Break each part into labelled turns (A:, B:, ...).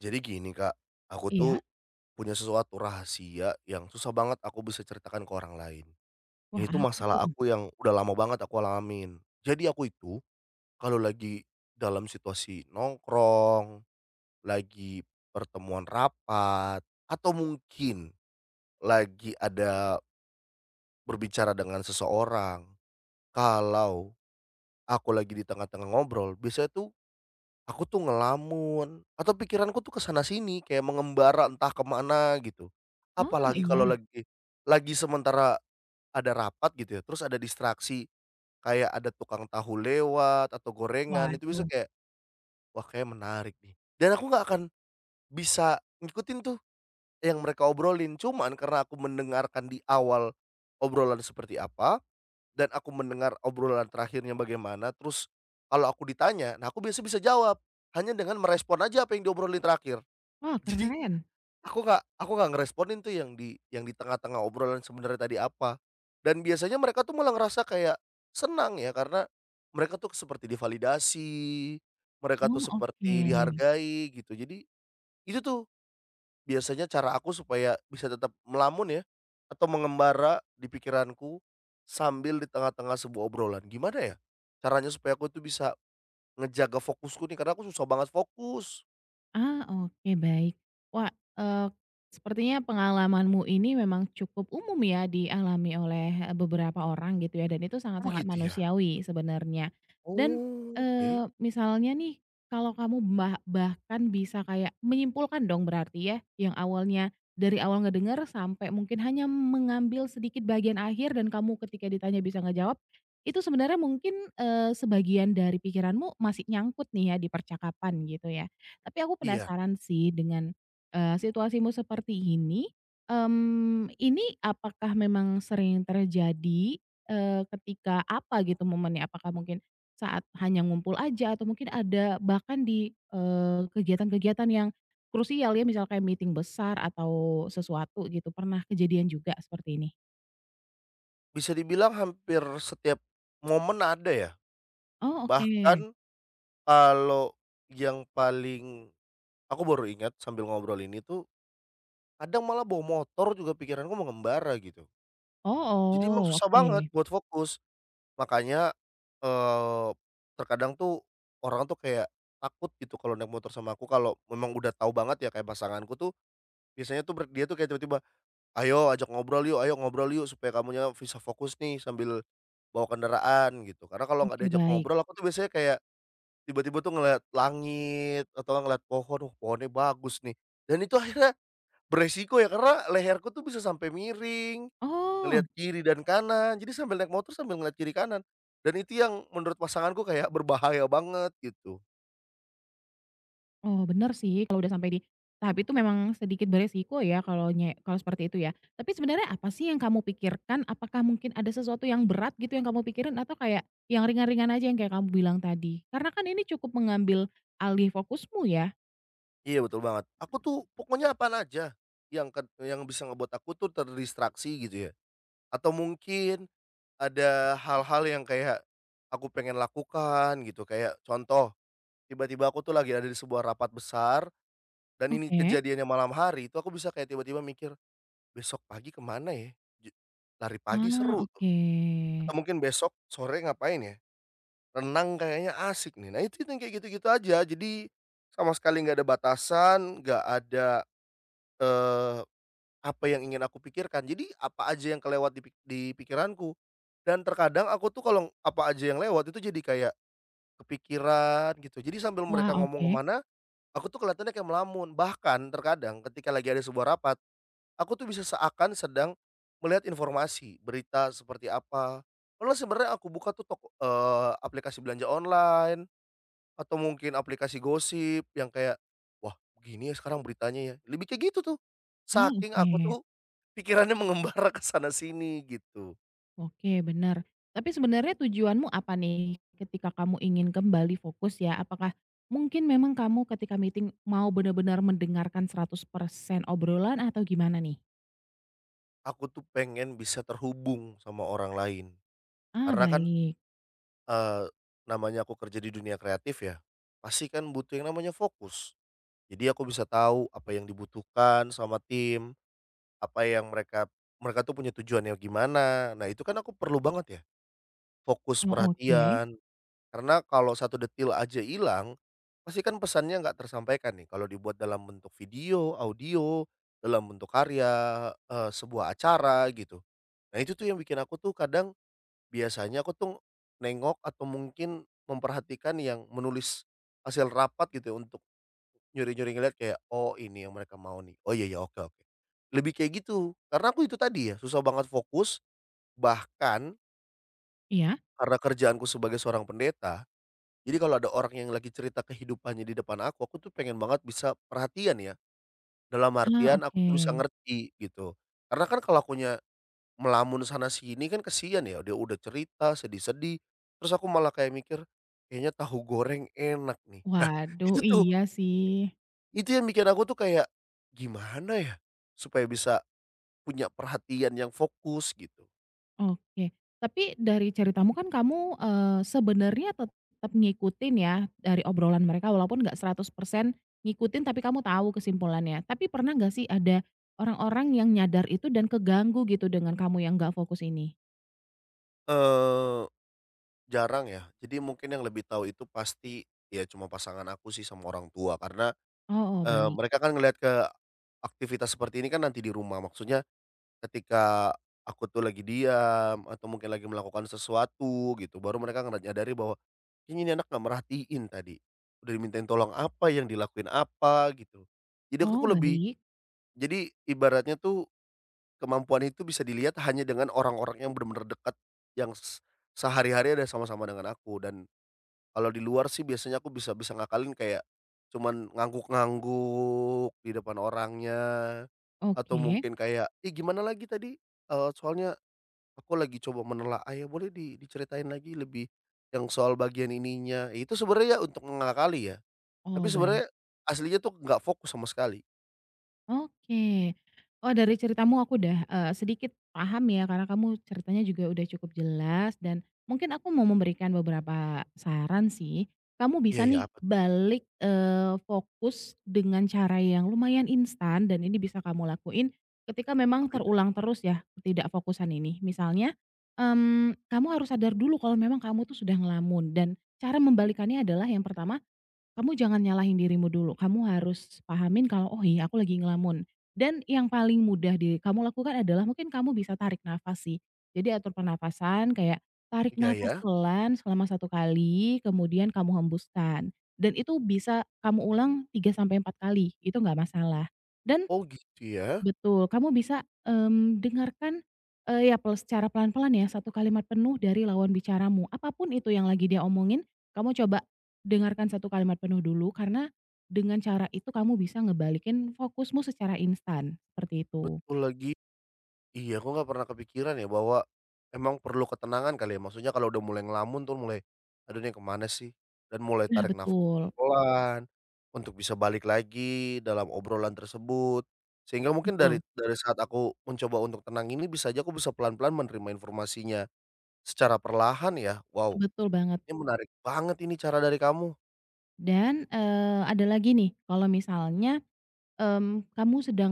A: Jadi gini, Kak, aku tuh
B: Iya?
A: punya sesuatu rahasia yang susah banget aku bisa ceritakan ke orang lain.
B: Wah,
A: Ini tuh
B: apa
A: masalah
B: tuh?
A: aku yang udah lama banget aku alamin. Jadi aku itu kalau lagi dalam situasi nongkrong, lagi pertemuan rapat, atau mungkin lagi ada berbicara dengan seseorang, kalau aku lagi di tengah-tengah ngobrol, biasanya tuh aku tuh ngelamun atau pikiranku tuh ke sana sini kayak mengembara entah kemana gitu.
B: Oh,
A: Apalagi
B: iya?
A: kalau lagi sementara ada rapat gitu ya, terus ada distraksi kayak ada tukang tahu lewat atau gorengan itu bisa
B: Waduh.
A: kayak, wah kayak menarik nih. Dan aku nggak akan bisa ngikutin tuh yang mereka obrolin, cuman karena aku mendengarkan di awal obrolan seperti apa dan aku mendengar obrolan terakhirnya bagaimana, terus kalau aku ditanya, nah aku biasa bisa jawab, hanya dengan merespon aja apa yang diobrolin terakhir.
B: Wah,
A: Jadi,
B: keren.
A: aku nggak ngeresponin tuh yang di tengah-tengah obrolan sebenarnya tadi apa. Dan biasanya mereka tuh malah ngerasa kayak senang ya, karena mereka tuh seperti divalidasi, mereka
B: Oh,
A: tuh seperti
B: oke.
A: dihargai gitu. Jadi, itu tuh biasanya cara aku supaya bisa tetap melamun ya, atau mengembara di pikiranku, sambil di tengah-tengah sebuah obrolan, gimana ya? Caranya supaya aku tuh bisa ngejaga fokusku nih, karena aku susah banget fokus.
B: Ah, oke baik. Wah, eee, sepertinya pengalamanmu ini memang cukup umum ya dialami oleh, beberapa orang gitu ya dan itu
A: Oh
B: sangat-sangat
A: gitu ya?
B: manusiawi sebenarnya. Dan,
A: Oh, oke.
B: misalnya nih kalau kamu bahkan bisa kayak menyimpulkan dong berarti ya, yang awalnya dari awal ngedengar sampai mungkin hanya mengambil sedikit bagian akhir dan kamu ketika ditanya bisa ngejawab, itu sebenarnya mungkin, sebagian dari pikiranmu masih nyangkut nih ya di percakapan gitu ya? Tapi aku
A: Iya,
B: penasaran sih dengan, situasimu seperti ini, ini apakah memang sering terjadi, ketika apa gitu momennya? Apakah mungkin saat hanya ngumpul aja atau mungkin ada bahkan di, kegiatan-kegiatan yang krusial ya, misal kayak meeting besar atau sesuatu gitu, pernah kejadian juga seperti ini?
A: bisa dibilang hampir setiap momen ada ya,
B: Oh, oke.
A: bahkan kalau yang paling aku baru ingat sambil ngobrol ini tuh, kadang malah bawa motor juga pikiranku mengembara gitu. Jadi emang
B: Oh oh,
A: susah banget
B: oke.
A: buat fokus. Makanya, eee, terkadang tuh orang tuh kayak takut gitu kalau naik motor sama aku kalau memang udah tahu banget ya kayak pasanganku tuh biasanya tuh dia tuh kayak tiba-tiba, "Ayo ajak ngobrol yuk, ayo ngobrol yuk, supaya kamunya bisa fokus nih sambil bawa kendaraan," gitu. Karena kalau nggak
B: Oke,
A: diajak
B: baik.
A: ngobrol aku tuh biasanya kayak tiba-tiba tuh ngeliat langit atau ngeliat pohon, "Wah, pohonnya bagus nih." Dan itu akhirnya beresiko ya karena leherku tuh bisa sampai miring.
B: Oh.
A: Ngelihat kiri dan kanan, jadi sambil naik motor sambil ngelihat kiri kanan, dan itu yang menurut pasanganku kayak berbahaya banget gitu.
B: Oh, bener sih kalau udah sampai di tahap itu memang sedikit beresiko ya kalau kalau seperti itu ya. Tapi sebenarnya apa sih yang kamu pikirkan? Apakah mungkin ada sesuatu yang berat gitu yang kamu pikirin atau kayak yang ringan-ringan aja yang kayak kamu bilang tadi? Karena kan ini cukup mengambil alih fokusmu ya?
A: Iya, betul banget. Aku tuh pokoknya apaan aja yang bisa ngebuat aku tuh terdistraksi gitu ya, atau mungkin ada hal-hal yang kayak aku pengen lakukan gitu, kayak contoh, tiba-tiba aku tuh lagi ada di sebuah rapat besar dan ini
B: Oke.
A: kejadiannya malam hari, itu aku bisa kayak tiba-tiba mikir, "Besok pagi kemana ya? J Lari pagi
B: Ah,
A: seru tuh,"
B: oke.
A: atau mungkin, "Besok sore ngapain ya? Renang kayaknya asik nih." Nah, itu yang kayak gitu-gitu aja. Jadi sama sekali nggak ada batasan, nggak ada, eee, apa yang ingin aku pikirkan. Jadi apa aja yang kelewat di pikiranku. Dan terkadang aku tuh kalau apa aja yang lewat itu jadi kayak kepikiran gitu. Jadi sambil
B: Wah,
A: mereka ngomong
B: oke.
A: kemana, aku tuh kelihatannya kayak melamun. Bahkan terkadang ketika lagi ada sebuah rapat, aku tuh bisa seakan sedang melihat informasi, berita seperti apa. Padahal sebenarnya aku buka tuh aplikasi belanja online, atau mungkin aplikasi gosip yang kayak, "Wah, begini ya sekarang beritanya ya." Lebih kayak gitu tuh.
B: Ah,
A: Saking aku tuh
B: oke.
A: pikirannya mengembara ke sana sini gitu.
B: Oke, benar. Tapi sebenarnya tujuanmu apa nih ketika kamu ingin kembali fokus ya? Apakah mungkin memang kamu ketika meeting mau benar-benar mendengarkan 100% obrolan atau gimana nih?
A: Aku tuh pengen bisa terhubung sama orang lain.
B: Ah,
A: Karena kan,
B: baik.
A: eee, namanya aku kerja di dunia kreatif ya, pasti kan butuh yang namanya fokus. Jadi aku bisa tahu apa yang dibutuhkan sama tim, apa yang mereka mereka tuh punya tujuannya gimana. Nah itu kan aku perlu banget ya, fokus
B: Oh, oke.
A: perhatian. Karena kalau satu detil aja hilang, pasti kan pesannya nggak tersampaikan nih kalau dibuat dalam bentuk video, audio, dalam bentuk karya, sebuah acara gitu. Nah itu tuh yang bikin aku tuh kadang biasanya aku tuh nengok atau mungkin memperhatikan yang menulis hasil rapat gitu ya untuk nyuri-nyuri ngeliat kayak, "Oh ini yang mereka mau nih, oh iya ya, oke oke." Lebih kayak gitu, karena aku itu tadi ya susah banget fokus, bahkan
B: Iya?
A: karena kerjaanku sebagai seorang pendeta, jadi kalau ada orang yang lagi cerita kehidupannya di depan aku tuh pengen banget bisa perhatian ya, dalam
B: Ah,
A: artian aku
B: oke.
A: tuh bisa ngerti gitu. Karena kan kalau akunya melamun sana sini kan kesian ya, dia udah cerita sedih-sedih, terus aku malah kayak mikir, "Kayaknya tahu goreng enak nih." Nah,
B: Waduh,
A: itu tuh,
B: iya sih.
A: itu yang bikin aku tuh kayak, gimana ya, supaya bisa punya perhatian yang fokus gitu?
B: Oke, tapi dari ceritamu kan kamu, sebenarnya tetap ngikutin ya dari obrolan mereka walaupun nggak 100% ngikutin tapi kamu tahu kesimpulannya. Tapi pernah nggak sih ada orang-orang yang nyadar itu dan keganggu gitu dengan kamu yang nggak fokus ini?
A: Eee, jarang ya, jadi mungkin yang lebih tahu itu pasti, ya cuma pasangan aku sih sama orang tua, karena
B: Oh oh, baik.
A: Mereka kan ngelihat ke aktivitas seperti ini kan nanti di rumah, maksudnya ketika aku tuh lagi diam atau mungkin lagi melakukan sesuatu gitu, baru mereka nyadari bahwa, "Kayaknya ini anak nggak merhatiin tadi, udah dimintain tolong apa, yang dilakuin apa," gitu. Jadi aku tuh
B: Oh,
A: lebih,
B: baik.
A: jadi ibaratnya tuh kemampuan itu bisa dilihat hanya dengan orang-orang yang benar-benar dekat, yang sehari-hari ada sama-sama dengan aku, dan kalau di luar sih biasanya aku bisa bisa ngakalin kayak cuman ngangguk-ngangguk di depan orangnya, atau
B: Oke.
A: mungkin kayak, "Ih, gimana lagi tadi? Soalnya aku lagi coba menelaah. Ah, ya boleh diceritain lagi lebih yang soal bagian ininya." Ya, itu sebenarnya ya untuk mengakali ya, tapi
B: Oh, baik.
A: sebenarnya aslinya tuh nggak fokus sama sekali.
B: Oke. Oh, dari ceritamu aku udah, sedikit paham ya, karena kamu ceritanya juga udah cukup jelas dan mungkin aku mau memberikan beberapa saran sih. Kamu
A: Iya
B: bisa
A: iya,
B: nih
A: apa tuh?
B: balik, fokus dengan cara yang lumayan instan dan ini bisa kamu lakuin ketika memang
A: Apa itu ya?
B: terulang terus ya ketidakfokusan ini. Misalnya, kamu harus sadar dulu kalau memang kamu tuh sudah ngelamun dan cara membalikannya adalah yang pertama, kamu jangan nyalahin dirimu dulu, kamu harus pahamin kalau, "Oh iya aku lagi ngelamun." Dan yang paling mudah di kamu lakukan adalah mungkin kamu bisa tarik nafas sih. Jadi atur pernapasan kayak tarik
A: Iya
B: nafas
A: ya?
B: pelan selama satu kali, kemudian kamu hembuskan. Dan itu bisa kamu ulang 3 sampai 4 kali, itu nggak masalah. Dan
A: Oh gitu ya?
B: betul, kamu bisa, dengarkan, ya secara pelan-pelan ya, satu kalimat penuh dari lawan bicaramu. Apapun itu yang lagi dia omongin, kamu coba dengarkan satu kalimat penuh dulu, karena dengan cara itu kamu bisa ngebalikin fokusmu secara instan, seperti itu.
A: Betul lagi. Iya, aku nggak pernah kepikiran ya bahwa emang perlu ketenangan kali ya, maksudnya kalau udah mulai ngelamun tuh mulai, "Aduh nih kemana sih?" Dan mulai
B: Nah
A: tarik nafas
B: betul,
A: pelan untuk bisa balik lagi dalam obrolan tersebut. Sehingga mungkin dari
B: betul,
A: dari saat aku mencoba untuk tenang ini bisa aja aku bisa pelan-pelan menerima informasinya secara perlahan ya. Wow,
B: betul banget.
A: ini menarik banget ini cara dari kamu.
B: Dan, ada lagi nih, kalau misalnya kamu sedang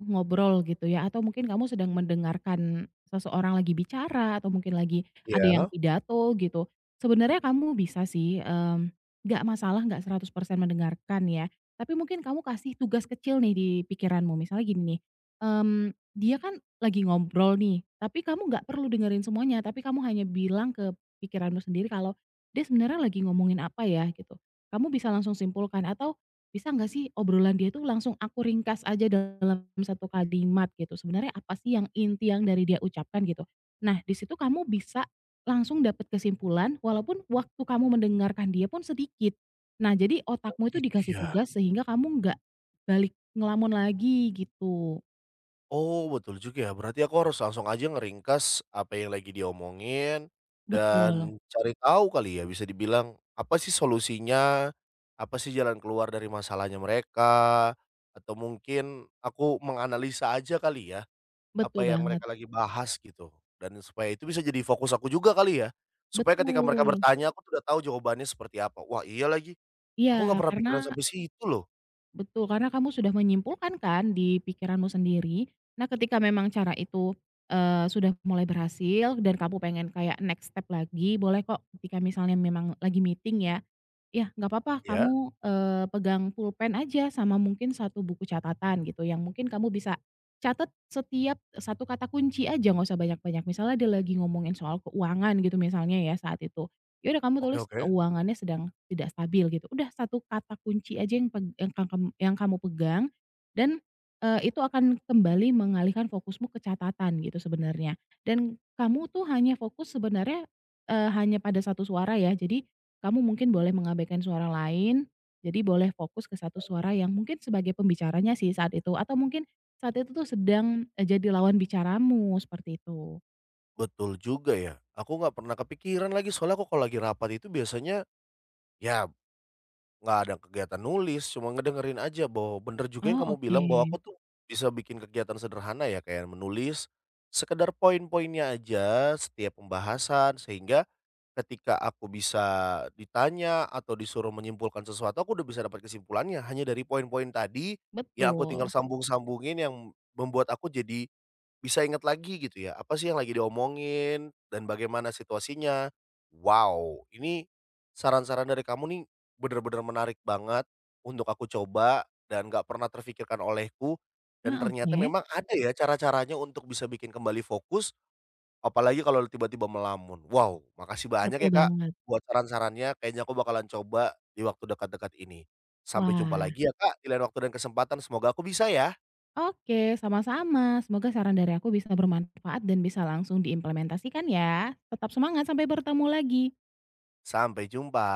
B: ngobrol gitu ya atau mungkin kamu sedang mendengarkan seseorang lagi bicara atau mungkin lagi ada yang
A: Iya.
B: pidato gitu. Sebenarnya kamu bisa sih, nggak masalah nggak 100% mendengarkan ya, tapi mungkin kamu kasih tugas kecil nih di pikiranmu misalnya gini nih, mmm, dia kan lagi ngobrol nih tapi kamu nggak perlu dengerin semuanya tapi kamu hanya bilang ke pikiranmu sendiri kalau, "Dia sebenarnya lagi ngomongin apa ya?" Gitu. Kamu bisa langsung simpulkan atau bisa nggak sih obrolan dia tuh langsung aku ringkas aja dalam satu kalimat gitu, sebenarnya apa sih yang inti yang dari dia ucapkan gitu. Nah di situ kamu bisa langsung dapat kesimpulan walaupun waktu kamu mendengarkan dia pun sedikit. Nah jadi otakmu itu
A: Gitu
B: dikasih
A: ya?
B: tugas sehingga kamu nggak balik ngelamun lagi gitu.
A: Oh, betul juga ya, berarti aku harus langsung aja ngeringkas apa yang lagi diomongin,
B: Betul,
A: dan cari tahu kali ya bisa dibilang, apa sih solusinya, apa sih jalan keluar dari masalahnya mereka, atau mungkin aku menganalisa aja kali ya, apa
B: betul
A: yang
B: banget,
A: mereka lagi bahas gitu, dan supaya itu bisa jadi fokus aku juga kali ya, supaya ketika mereka
B: betul.
A: bertanya aku tuh udah tahu jawabannya seperti apa, wah iya lagi,
B: Iya,
A: aku nggak pernah
B: karena
A: pikiran sampai situ loh,
B: betul, karena kamu sudah menyimpulkan kan di pikiranmu sendiri. Nah, ketika memang cara itu, sudah mulai berhasil dan kamu pengen kayak next step lagi, boleh kok ketika misalnya memang lagi meeting ya, ya nggak apa-apa
A: ya?
B: kamu, pegang pulpen aja sama mungkin satu buku catatan gitu yang mungkin kamu bisa catat setiap satu kata kunci aja nggak usah banyak-banyak. Misalnya dia lagi ngomongin soal keuangan gitu misalnya ya saat itu. Ya udah kamu
A: Oke
B: tulis
A: oke.
B: keuangannya sedang tidak stabil gitu. Udah satu kata kunci aja yang peg yang kang yang kamu pegang dan, itu akan kembali mengalihkan fokusmu ke catatan gitu sebenarnya. Dan kamu tuh hanya fokus sebenarnya, hanya pada satu suara ya. Jadi kamu mungkin boleh mengabaikan suara lain, jadi boleh fokus ke satu suara yang mungkin sebagai pembicaranya sih saat itu atau mungkin saat itu tuh sedang, jadi lawan bicaramu seperti itu.
A: Betul juga ya, aku nggak pernah kepikiran lagi, soalnya aku kalau lagi rapat itu biasanya, ya nggak ada kegiatan nulis, cuma ngedengerin aja. Bahwa bener juga yang
B: Oh
A: kamu
B: oke,
A: bilang bahwa aku tuh bisa bikin kegiatan sederhana ya kayak menulis, sekedar poin-poinnya aja setiap pembahasan, sehingga ketika aku bisa ditanya atau disuruh menyimpulkan sesuatu aku udah bisa dapat kesimpulannya hanya dari poin-poin tadi, yang aku tinggal
B: betul.
A: sambung-sambungin yang membuat aku jadi bisa ingat lagi gitu ya, apa sih yang lagi diomongin dan bagaimana situasinya. Wow, ini saran-saran dari kamu nih bener-bener menarik banget untuk aku coba dan nggak pernah terfikirkan olehku, dan
B: Ah,
A: ternyata
B: oke.
A: memang ada ya cara-caranya untuk bisa bikin kembali fokus, apalagi kalau tiba-tiba melamun. Wow, makasih banyak
B: Betul
A: ya, Kak,
B: banget.
A: buat saran-sarannya, kayaknya aku bakalan coba di waktu dekat-dekat ini. Sampai jumpa
B: Wah,
A: lagi ya, Kak, di lain waktu dan kesempatan, semoga aku bisa ya.
B: oke, sama-sama. Semoga saran dari aku bisa bermanfaat dan bisa langsung diimplementasikan ya. Tetap semangat, sampai bertemu lagi.
A: Sampai jumpa.